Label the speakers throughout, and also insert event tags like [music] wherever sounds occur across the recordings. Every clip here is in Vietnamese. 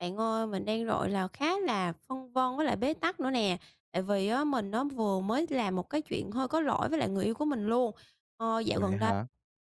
Speaker 1: Bạn ơi, mình đang gọi là khá là phân vân với lại bế tắc nữa nè. Tại vì á, mình nó vừa mới làm một cái chuyện hơi có lỗi với lại người yêu của mình luôn. Dạo
Speaker 2: Vậy
Speaker 1: gần đây
Speaker 2: hả?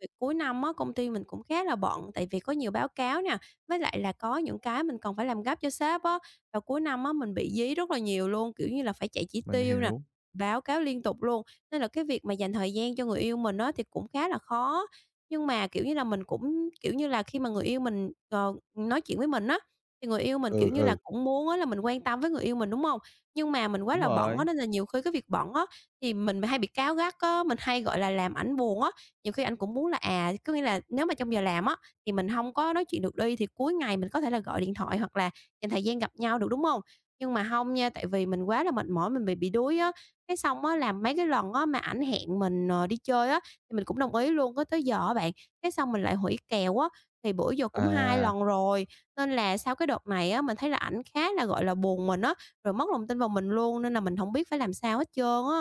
Speaker 1: việc cuối năm á, công ty mình cũng khá là bận tại vì có nhiều báo cáo nè, với lại là có những cái mình còn phải làm gấp cho sếp á. Và cuối năm á, mình bị dí rất là nhiều luôn, kiểu như là phải chạy chỉ
Speaker 2: Mình
Speaker 1: tiêu nè,
Speaker 2: hiểu.
Speaker 1: báo cáo liên tục luôn. Nên là cái việc mà dành thời gian cho người yêu mình á, thì cũng khá là khó. Nhưng mà kiểu như là mình cũng kiểu như là khi mà người yêu mình nói chuyện với mình á thì người yêu mình, kiểu
Speaker 2: Ừ,
Speaker 1: như là,
Speaker 2: ừ,
Speaker 1: cũng muốn á là mình quan tâm với người yêu mình, đúng hông? Nhưng mà mình quá
Speaker 2: đúng
Speaker 1: là bận á,
Speaker 2: rồi.
Speaker 1: nên là nhiều khi cái việc bận á, thì mình hay bị cáu gắt á, mình hay, gọi là, làm ảnh buồn á. Nhiều khi ảnh cũng muốn là, có nghĩa là nếu mà trong giờ làm á, thì mình hông có nói chuyện được đi, thì cuối ngày mình có thể là gọi điện thoại hoặc là dành thời gian gặp nhau được, đúng hông? Nhưng mà hông nha, tại vì mình quá là mệt mỏi, mình bị đuối á, cái xong á là mấy cái lần á mà ảnh hẹn mình, đi chơi á, thì mình cũng đồng ý luôn, cái tới giờ á bạn, cái xong mình lại hủy kèo á, thì bữa giờ cũng 2
Speaker 2: À,
Speaker 1: lần rồi. Nên là sau cái đợt này á, mình thấy là ảnh khá là, gọi là, buồn mình á, rồi mất lòng tin vào mình luôn nên là mình hổng biết phải làm sao hết trơn á.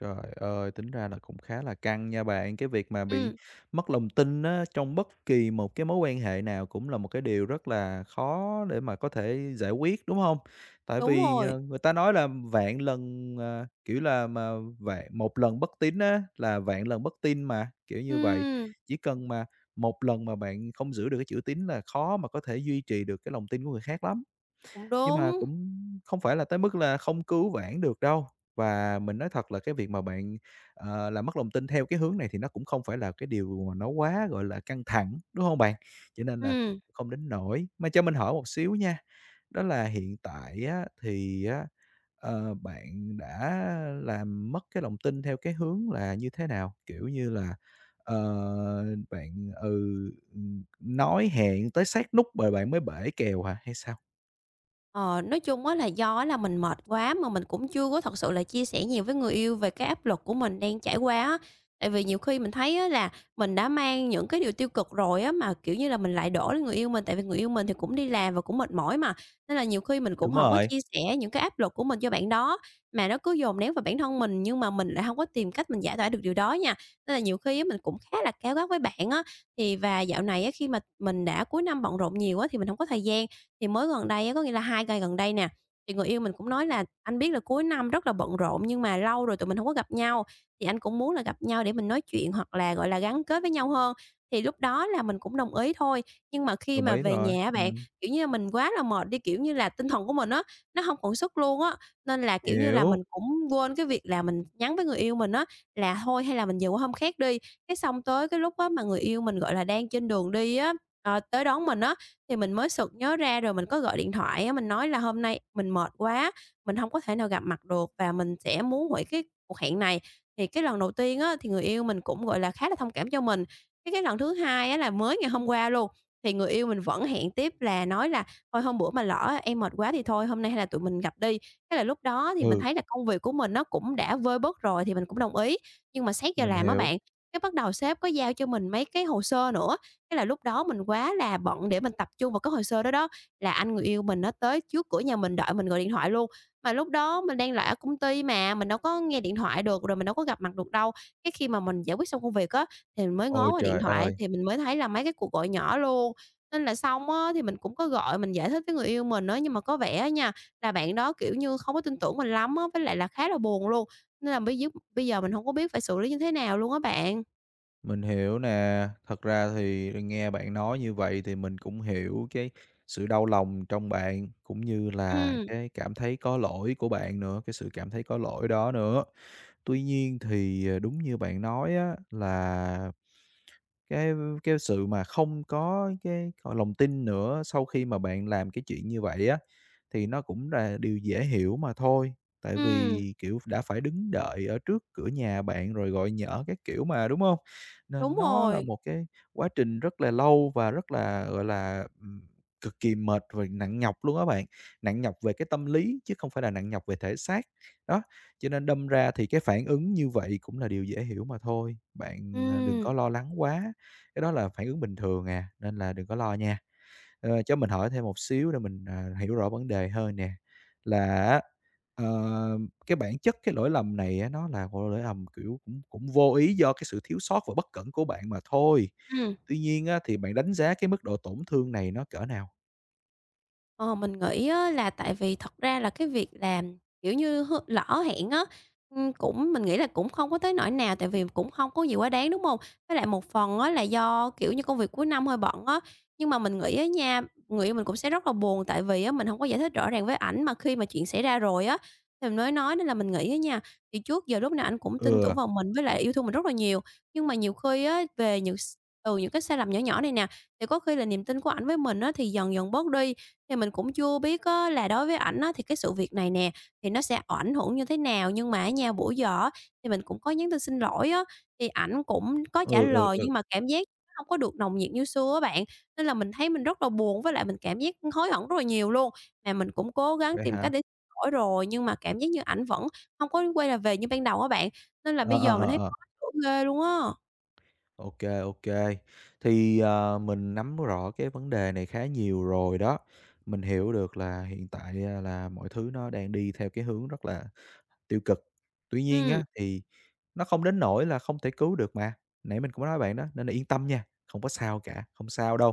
Speaker 2: trời ơi, tính ra là cũng khá là căng nha bạn. Cái việc mà bị
Speaker 1: Ừm,
Speaker 2: mất lòng tin á, trong bất kỳ một cái mối quan hệ nào cũng là một cái điều rất là khó để mà có thể giải quyết, đúng không? Tại
Speaker 1: đúng
Speaker 2: vì,
Speaker 1: rồi,
Speaker 2: người ta nói là vạn lần, kiểu là, mà vạn một lần bất tín á, là vạn lần bất tin mà, kiểu như vậy.
Speaker 1: ừm,
Speaker 2: Chỉ cần mà một lần mà bạn không giữ được cái chữ tín là khó mà có thể duy trì được cái lòng tin của người khác lắm.
Speaker 1: cũng
Speaker 2: Nhưng mà
Speaker 1: đúng,
Speaker 2: cũng không phải là tới mức là không cứu vãn được đâu. Và mình nói thật là cái việc mà bạn, làm mất lòng tin theo cái hướng này thì nó cũng không phải là cái điều mà nó quá, gọi là, căng thẳng, đúng không bạn? Cho nên là
Speaker 1: ừm.
Speaker 2: không đến nỗi. Mà cho mình hỏi một xíu nha, đó là hiện tại á thì á, bạn đã làm mất cái lòng tin theo cái hướng là như thế nào? Kiểu như là, ờ, bạn, nói hẹn tới sát nút rồi bạn mới bể kèo hả hay sao?
Speaker 1: Ờ, nói chung á là do á là mình mệt quá mà mình cũng chưa có thật sự là chia sẻ nhiều với người yêu về cái áp lực của mình đang trải qua á. Tại vì nhiều khi mình thấy á là mình đã mang những cái điều tiêu cực rồi á, mà, kiểu như là, mình lại đổ lên người yêu mình, tại vì người yêu mình thì cũng đi làm và cũng mệt mỏi mà, nên là nhiều khi mình cũng
Speaker 2: Đúng
Speaker 1: không có
Speaker 2: rồi.
Speaker 1: chia sẻ những cái áp lực của mình cho bạn đó, mà nó cứ dồn nén vào bản thân mình, nhưng mà mình lại không có tìm cách mình giải tỏa được điều đó nha. Nên là nhiều khi á mình cũng khá là cáu gắt với bạn á, thì và dạo này á khi mà mình đã cuối năm bận rộn nhiều á thì mình không có thời gian, thì mới gần đây á, có nghĩa là 2 ngày gần đây nè, thì người yêu mình cũng nói là "Anh biết là cuối năm rất là bận rộn nhưng mà lâu rồi tụi mình không có gặp nhau, thì anh cũng muốn là gặp nhau để mình nói chuyện hoặc là, gọi là, gắn kết với nhau hơn." Thì lúc đó là mình cũng đồng ý thôi, nhưng mà khi
Speaker 2: Đồng
Speaker 1: mà
Speaker 2: ý
Speaker 1: về
Speaker 2: rồi,
Speaker 1: nhà á bạn, kiểu như là, mình quá là mệt đi, kiểu như là, tinh thần của mình á, nó không còn sức luôn á, nên là, kiểu như là, mình
Speaker 2: hiểu,
Speaker 1: cũng quên cái việc là mình nhắn với người yêu mình á là "Thôi hay là mình về qua hôm khác đi." Cái xong tới cái lúc á mà người yêu mình, gọi là, đang trên đường đi á, tới đón mình á, thì mình mới sực nhớ ra rồi mình có gọi điện thoại á, mình nói là "Hôm nay mình mệt quá, mình không có thể nào gặp mặt được và mình sẽ muốn hủy cái cuộc hẹn này." Thì cái lần đầu tiên á, thì người yêu mình cũng, gọi là, khá là thông cảm cho mình. Cái lần thứ hai á, là mới ngày hôm qua luôn, thì người yêu mình vẫn hẹn tiếp là nói là "Thôi hôm bữa mà lỡ em mệt quá thì thôi, hôm nay hay là tụi mình gặp đi." Thế là lúc đó thì mình
Speaker 2: ừ,
Speaker 1: thấy là công việc của mình nó cũng đã vơi bớt rồi thì mình cũng đồng ý. Nhưng mà xét giờ
Speaker 2: mình
Speaker 1: làm á
Speaker 2: hiểu.
Speaker 1: bạn, cái bắt đầu sếp có giao cho mình mấy cái hồ sơ nữa, thế là lúc đó mình quá là bận để mình tập trung vào cái hồ sơ đó đó, là anh người yêu mình nó tới trước cửa nhà mình đợi mình gọi điện thoại luôn. Mà lúc đó mình đang lại ở công ty mà, mình đâu có nghe điện thoại được, rồi mình đâu có gặp mặt được đâu. Cái khi mà mình giải quyết xong công việc á, thì mình mới ngó
Speaker 2: Ôi
Speaker 1: qua điện
Speaker 2: trời
Speaker 1: thoại
Speaker 2: ơi,
Speaker 1: thì mình mới thấy là mấy cái cuộc gọi nhỏ luôn. Nên là xong á thì mình cũng có gọi mình giải thích với người yêu mình á, nhưng mà có vẻ á nha, là bạn đó, kiểu như, không có tin tưởng mình lắm á, với lại là khá là buồn luôn, nên là bây giờ mình không có biết phải xử lý như thế nào luôn á bạn.
Speaker 2: mình hiểu nè. Thật ra thì nghe bạn nói như vậy thì mình cũng hiểu cái sự đau lòng trong bạn, cũng như là
Speaker 1: Ừm,
Speaker 2: cái cảm thấy có lỗi của bạn nữa, cái sự cảm thấy có lỗi đó nữa. Tuy nhiên thì, đúng như bạn nói á là cái cái sự mà không có cái, gọi, lòng tin nữa sau khi mà bạn làm cái chuyện như vậy á, thì nó cũng là điều dễ hiểu mà thôi. Tại
Speaker 1: ừm,
Speaker 2: vì, kiểu, đã phải đứng đợi ở trước cửa nhà bạn rồi gọi nhỡ các kiểu mà, đúng không?
Speaker 1: đúng
Speaker 2: Nên nó là
Speaker 1: rồi.
Speaker 2: một cái quá trình rất là lâu và rất là, gọi là, cực kỳ mệt và nặng nhọc luôn á bạn, nặng nhọc về cái tâm lý chứ không phải là nặng nhọc về thể xác. Đó, cho nên đâm ra thì cái phản ứng như vậy cũng là điều dễ hiểu mà thôi, bạn, à, đừng
Speaker 1: Ừm,
Speaker 2: có lo lắng quá, cái đó là phản ứng bình thường à, nên là đừng có lo nha. Cho mình hỏi thêm một xíu để mình, hiểu rõ vấn đề hơn nè, là á, ờ, cái bản chất cái lỗi lầm này á, nó là một lỗi lầm, kiểu, cũng cũng vô ý do cái sự thiếu sót và bất cẩn của bạn mà thôi.
Speaker 1: ừm.
Speaker 2: Tuy nhiên á, thì bạn đánh giá cái mức độ tổn thương này nó cỡ nào?
Speaker 1: Ờ, mình nghĩ á là tại vì thật ra là cái việc làm, kiểu như, lỡ hẹn á, cũng mình nghĩ là cũng không có tới nỗi nào tại vì cũng không có gì quá đáng, đúng không? Với lại một phần á là do, kiểu như, công việc cuối năm hơi bận á, nhưng mà mình nghĩ á nha, người yêu mình cũng sẽ rất là buồn tại vì á mình không có giải thích rõ ràng với ảnh mà khi mà chuyện xảy ra rồi á, thì mình mới nói nên là mình nghĩ á nha, thì trước giờ lúc nào ảnh cũng tin tưởng
Speaker 2: Ừ,
Speaker 1: vào mình với lại yêu thương mình rất là nhiều, nhưng mà nhiều khi á về những s từ những cái sai lầm nhỏ nhỏ này nè, thì có khi là niềm tin của ảnh với mình á thì dần dần bớt đi. Thì mình cũng chưa biết á là đối với ảnh á thì cái sự việc này nè, thì nó sẽ ảnh hưởng như thế nào, nhưng mà ở nhà bữa giờ á thì mình cũng có nhắn tin xin lỗi á, thì ảnh cũng có trả
Speaker 2: ừ, ừ,
Speaker 1: lời
Speaker 2: ừ,
Speaker 1: nhưng mà cảm giác nó hông có được nồng nhiệt như xưa á bạn. Nên là mình thấy mình rất là buồn, với lại mình cảm giác hối hận rất là nhiều luôn. Mà mình cũng cố gắng
Speaker 2: vậy
Speaker 1: tìm cách
Speaker 2: hả?
Speaker 1: để xin lỗi rồi, nhưng mà cảm giác như ảnh vẫn không có quay là về như ban đầu á bạn, nên là
Speaker 2: Ờ,
Speaker 1: bây
Speaker 2: ờ,
Speaker 1: giờ mình
Speaker 2: ờ,
Speaker 1: thấy
Speaker 2: ờ,
Speaker 1: khó chịu ghê luôn á.
Speaker 2: ô kê. Thì, mình nắm rõ cái vấn đề này khá nhiều rồi đó, mình hiểu được là hiện tại, là mọi thứ nó đang đi theo cái hướng rất là tiêu cực. Tuy nhiên
Speaker 1: Ừm,
Speaker 2: á, thì nó không đến nỗi là không thể cứu được mà, nãy mình cũng nói bạn đó, nên là yên tâm nha, không có sao cả, không sao đâu.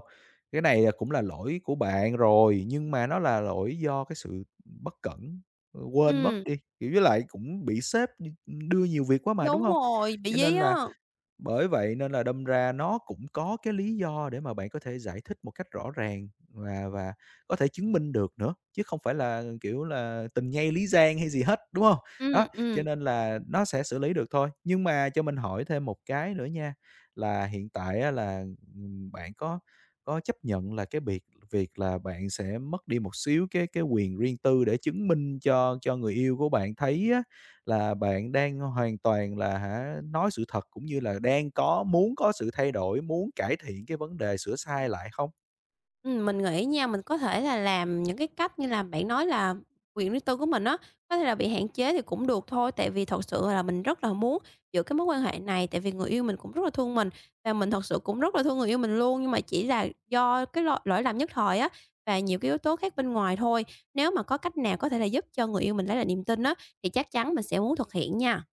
Speaker 2: Cái này là cũng là lỗi của bạn rồi, nhưng mà nó là lỗi do cái sự bất cẩn, quên mất
Speaker 1: ừm,
Speaker 2: đi, kiểu, với lại cũng bị sếp đưa nhiều việc quá mà, đúng
Speaker 1: đúng
Speaker 2: không?
Speaker 1: rồi, bị
Speaker 2: Cho
Speaker 1: dí
Speaker 2: nên là
Speaker 1: á.
Speaker 2: bởi vậy nên là đâm ra nó cũng có cái lý do để mà bạn có thể giải thích một cách rõ ràng và có thể chứng minh được nữa, chứ không phải là, kiểu là, tình nhây lý giang hay gì hết, đúng không? Đó,
Speaker 1: Ừm,
Speaker 2: cho
Speaker 1: ừm.
Speaker 2: nên là nó sẽ xử lý được thôi. Nhưng mà cho mình hỏi thêm một cái nữa nha, là hiện tại á là, bạn có chấp nhận là cái việc việc là bạn sẽ mất đi một xíu cái quyền riêng tư để chứng minh cho người yêu của bạn thấy á, là bạn đang hoàn toàn là hả, nói sự thật cũng như là đang có muốn có sự thay đổi, muốn cải thiện cái vấn đề sửa sai lại không?
Speaker 1: Mình nghĩ nha, mình có thể là làm những cái cách như là bạn nói là quyền riêng tư của mình á, có thể là bị hạn chế thì cũng được thôi, tại vì thật sự là mình rất là muốn giữ cái mối quan hệ này, tại vì người yêu mình cũng rất là thương mình và mình thật sự cũng rất là thương người yêu mình luôn, nhưng mà chỉ là do cái lỗi lỗi lầm nhất thời á và nhiều cái yếu tố khác bên ngoài thôi. Nếu mà có cách nào có thể là giúp cho người yêu mình lấy lại niềm tin á, thì chắc chắn mình sẽ muốn thực hiện nha.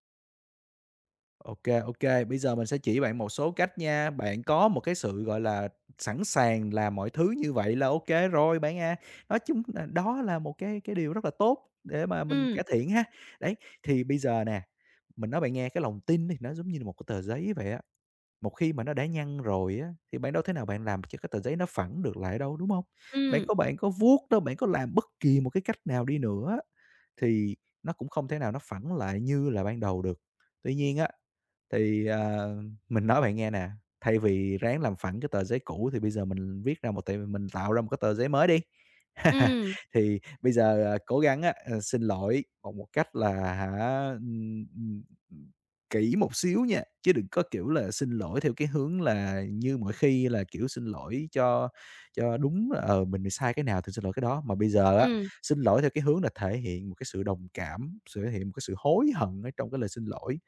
Speaker 2: OK, OK, bây giờ mình sẽ chỉ bạn một số cách nha. Bạn có một cái sự, gọi là, sẵn sàng làm mọi thứ như vậy là OK rồi bạn à. Nói chung là đó là một cái điều rất là tốt để mà mình
Speaker 1: Ừm,
Speaker 2: cải thiện ha. Đấy, thì bây giờ nè, mình nói bạn nghe cái lòng tin thì nó giống như là một cái tờ giấy vậy á. Một khi mà nó đã nhăn rồi á, thì bạn đâu thế nào bạn làm cho cái tờ giấy nó phẳng được lại đâu, đúng không? Bạn
Speaker 1: ừm,
Speaker 2: có bạn có vuốt đâu, bạn có làm bất kỳ một cái cách nào đi nữa thì nó cũng không thể nào nó phẳng lại như là ban đầu được. Tuy nhiên á, thì, mình nói bạn nghe nè, thay vì ráng làm phẳng cái tờ giấy cũ thì bây giờ mình viết ra một tờ mình tạo ra một cái tờ giấy mới đi. [laughs]
Speaker 1: ừm,
Speaker 2: Thì bây giờ, cố gắng á, xin lỗi bằng một cách là hả, kỹ một xíu nha, chứ đừng có, kiểu là, xin lỗi theo cái hướng là như mọi khi là, kiểu, xin lỗi cho đúng, là, mình sai cái nào thì xin lỗi cái đó. Mà bây giờ á
Speaker 1: ừm,
Speaker 2: xin lỗi theo cái hướng là thể hiện một cái sự đồng cảm, sự thể hiện một cái sự hối hận ở trong cái lời xin lỗi.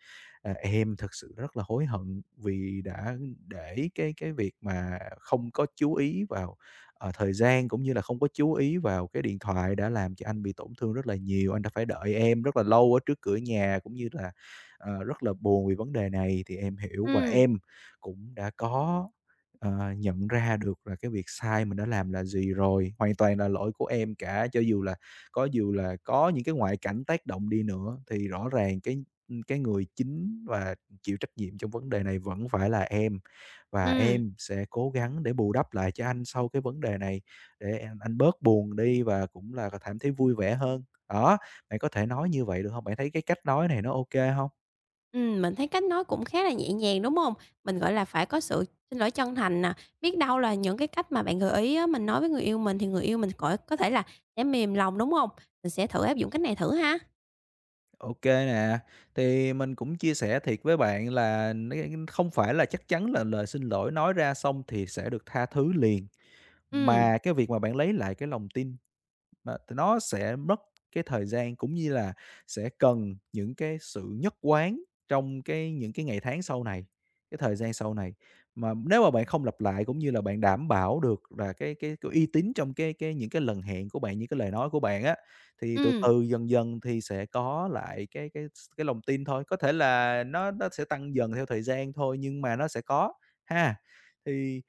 Speaker 2: "À, em thực sự rất là hối hận vì đã để cái việc mà không có chú ý vào, thời gian cũng như là không có chú ý vào cái điện thoại đã làm cho anh bị tổn thương rất là nhiều. Anh đã phải đợi em rất là lâu ở trước cửa nhà cũng như là, rất là buồn vì vấn đề này thì em hiểu và
Speaker 1: ừm,
Speaker 2: em cũng đã có nhận ra được là cái việc sai mình đã làm là gì rồi, hoàn toàn là lỗi của em cả. Cho dù là có những cái ngoại cảnh tác động đi nữa thì rõ ràng cái người chính và chịu trách nhiệm trong vấn đề này vẫn phải là em, và
Speaker 1: ừm.
Speaker 2: em sẽ cố gắng để bù đắp lại cho anh sau cái vấn đề này để anh bớt buồn đi và cũng là cảm thấy vui vẻ hơn." Đó, bạn có thể nói như vậy được không? Bạn thấy cái cách nói này nó ok không?
Speaker 1: Mình thấy cách nói cũng khá là nhẹ nhàng, đúng không? Mình, gọi là, phải có sự xin lỗi chân thành nè, biết đâu là những cái cách mà bạn gợi ý á, mình nói với người yêu mình thì người yêu mình có thể là sẽ mềm lòng, đúng không? Mình sẽ thử áp dụng cách này thử ha.
Speaker 2: OK nè, thì mình cũng chia sẻ thiệt với bạn là nó không phải là chắc chắn là lời xin lỗi nói ra xong thì sẽ được tha thứ liền,
Speaker 1: Ừm,
Speaker 2: mà cái việc mà bạn lấy lại cái lòng tin mà t nó sẽ mất cái thời gian cũng như là sẽ cần những cái sự nhất quán trong cái những cái ngày tháng sau này, cái thời gian sau này. Mà nếu mà bạn không lặp lại cũng như là bạn đảm bảo được là cái uy tín trong cái những cái lần hẹn của bạn, những cái lời nói của bạn á, thì từ
Speaker 1: ừm,
Speaker 2: từ, dần dần thì sẽ có lại cái lòng tin thôi. Có thể là nó sẽ tăng dần theo thời gian thôi nhưng mà nó sẽ có ha. Thì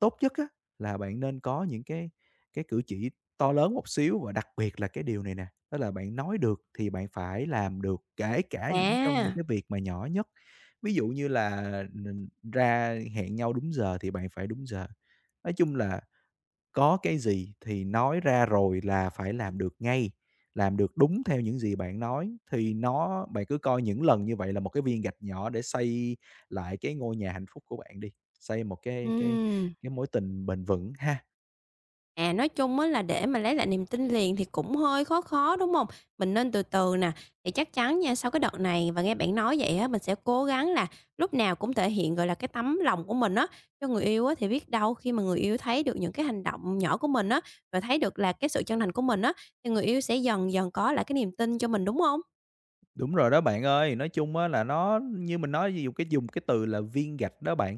Speaker 2: tốt nhất á, là bạn nên có những cái cử chỉ to lớn một xíu và đặc biệt là cái điều này nè, đó là bạn nói được thì bạn phải làm được, kể cả những trong những
Speaker 1: à,
Speaker 2: cái việc mà nhỏ nhất. Ví dụ như là, ừm, ra hẹn nhau đúng giờ thì bạn phải đúng giờ. Nói chung là có cái gì thì nói ra rồi là phải làm được ngay, làm được đúng theo những gì bạn nói, thì nó bạn cứ coi những lần như vậy là một cái viên gạch nhỏ để xây lại cái ngôi nhà hạnh phúc của bạn đi, xây một cái cái
Speaker 1: ừm.
Speaker 2: cái mối tình bền vững ha.
Speaker 1: À, nói chung á là để mà lấy lại niềm tin liền thì cũng hơi khó khó, đúng không? Mình nên từ từ nè, thì chắc chắn nha, sau cái đợt này và nghe bạn nói vậy á, mình sẽ cố gắng là lúc nào cũng thể hiện, gọi là, cái tấm lòng của mình á, cho người yêu á, thì biết đâu khi mà người yêu thấy được những cái hành động nhỏ của mình á, và thấy được là cái sự chân thành của mình á, thì người yêu sẽ dần dần có lại cái niềm tin cho mình, đúng không?
Speaker 2: Đúng rồi đó bạn ơi, nói chung á là nó như mình nói ví dụ cái dùng cái từ là viên gạch đó bạn.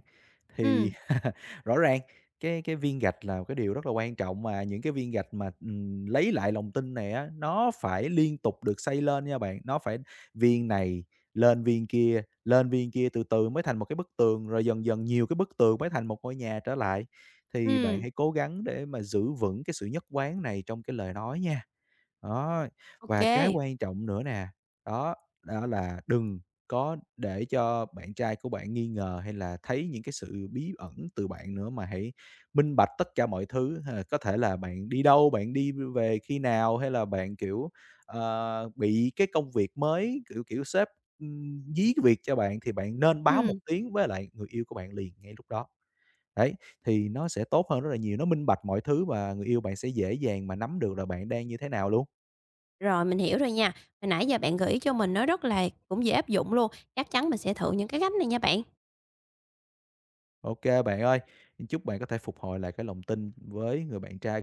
Speaker 1: Ừ,
Speaker 2: Thì [laughs] rõ ràng cái viên gạch là một cái điều rất là quan trọng mà những cái viên gạch mà, lấy lại lòng tin này á, nó phải liên tục được xây lên nha bạn. Nó phải viên này lên viên kia, từ từ mới thành một cái bức tường, rồi dần dần nhiều cái bức tường mới thành một ngôi nhà trở lại. Thì bạn
Speaker 1: ừ,
Speaker 2: hãy cố gắng để mà giữ vững cái sự nhất quán này trong cái lời nói nha. Đó, và cái
Speaker 1: OK,
Speaker 2: quan trọng nữa nè, đó, đó là đừng có để cho bạn trai của bạn nghi ngờ hay là thấy những cái sự bí ẩn từ bạn nữa, mà hãy minh bạch tất cả mọi thứ ha. Có thể là bạn đi đâu, bạn đi về khi nào hay là bạn, kiểu, bị cái công việc mới, kiểu kiểu, sếp, dí cái việc cho bạn thì bạn nên báo một
Speaker 1: ừ.
Speaker 2: tiếng với lại người yêu của bạn liền ngay lúc đó. Đấy, thì nó sẽ tốt hơn rất là nhiều, nó minh bạch mọi thứ và người yêu bạn sẽ dễ dàng mà nắm được là bạn đang như thế nào luôn.
Speaker 1: Rồi mình hiểu rồi nha. Hồi nãy giờ bạn gợi ý cho mình nó rất là cũng dễ áp dụng luôn, chắc chắn mình sẽ thử những cái cách này nha bạn.
Speaker 2: OK bạn ơi, chúc bạn có thể phục hồi lại cái lòng tin với người bạn trai.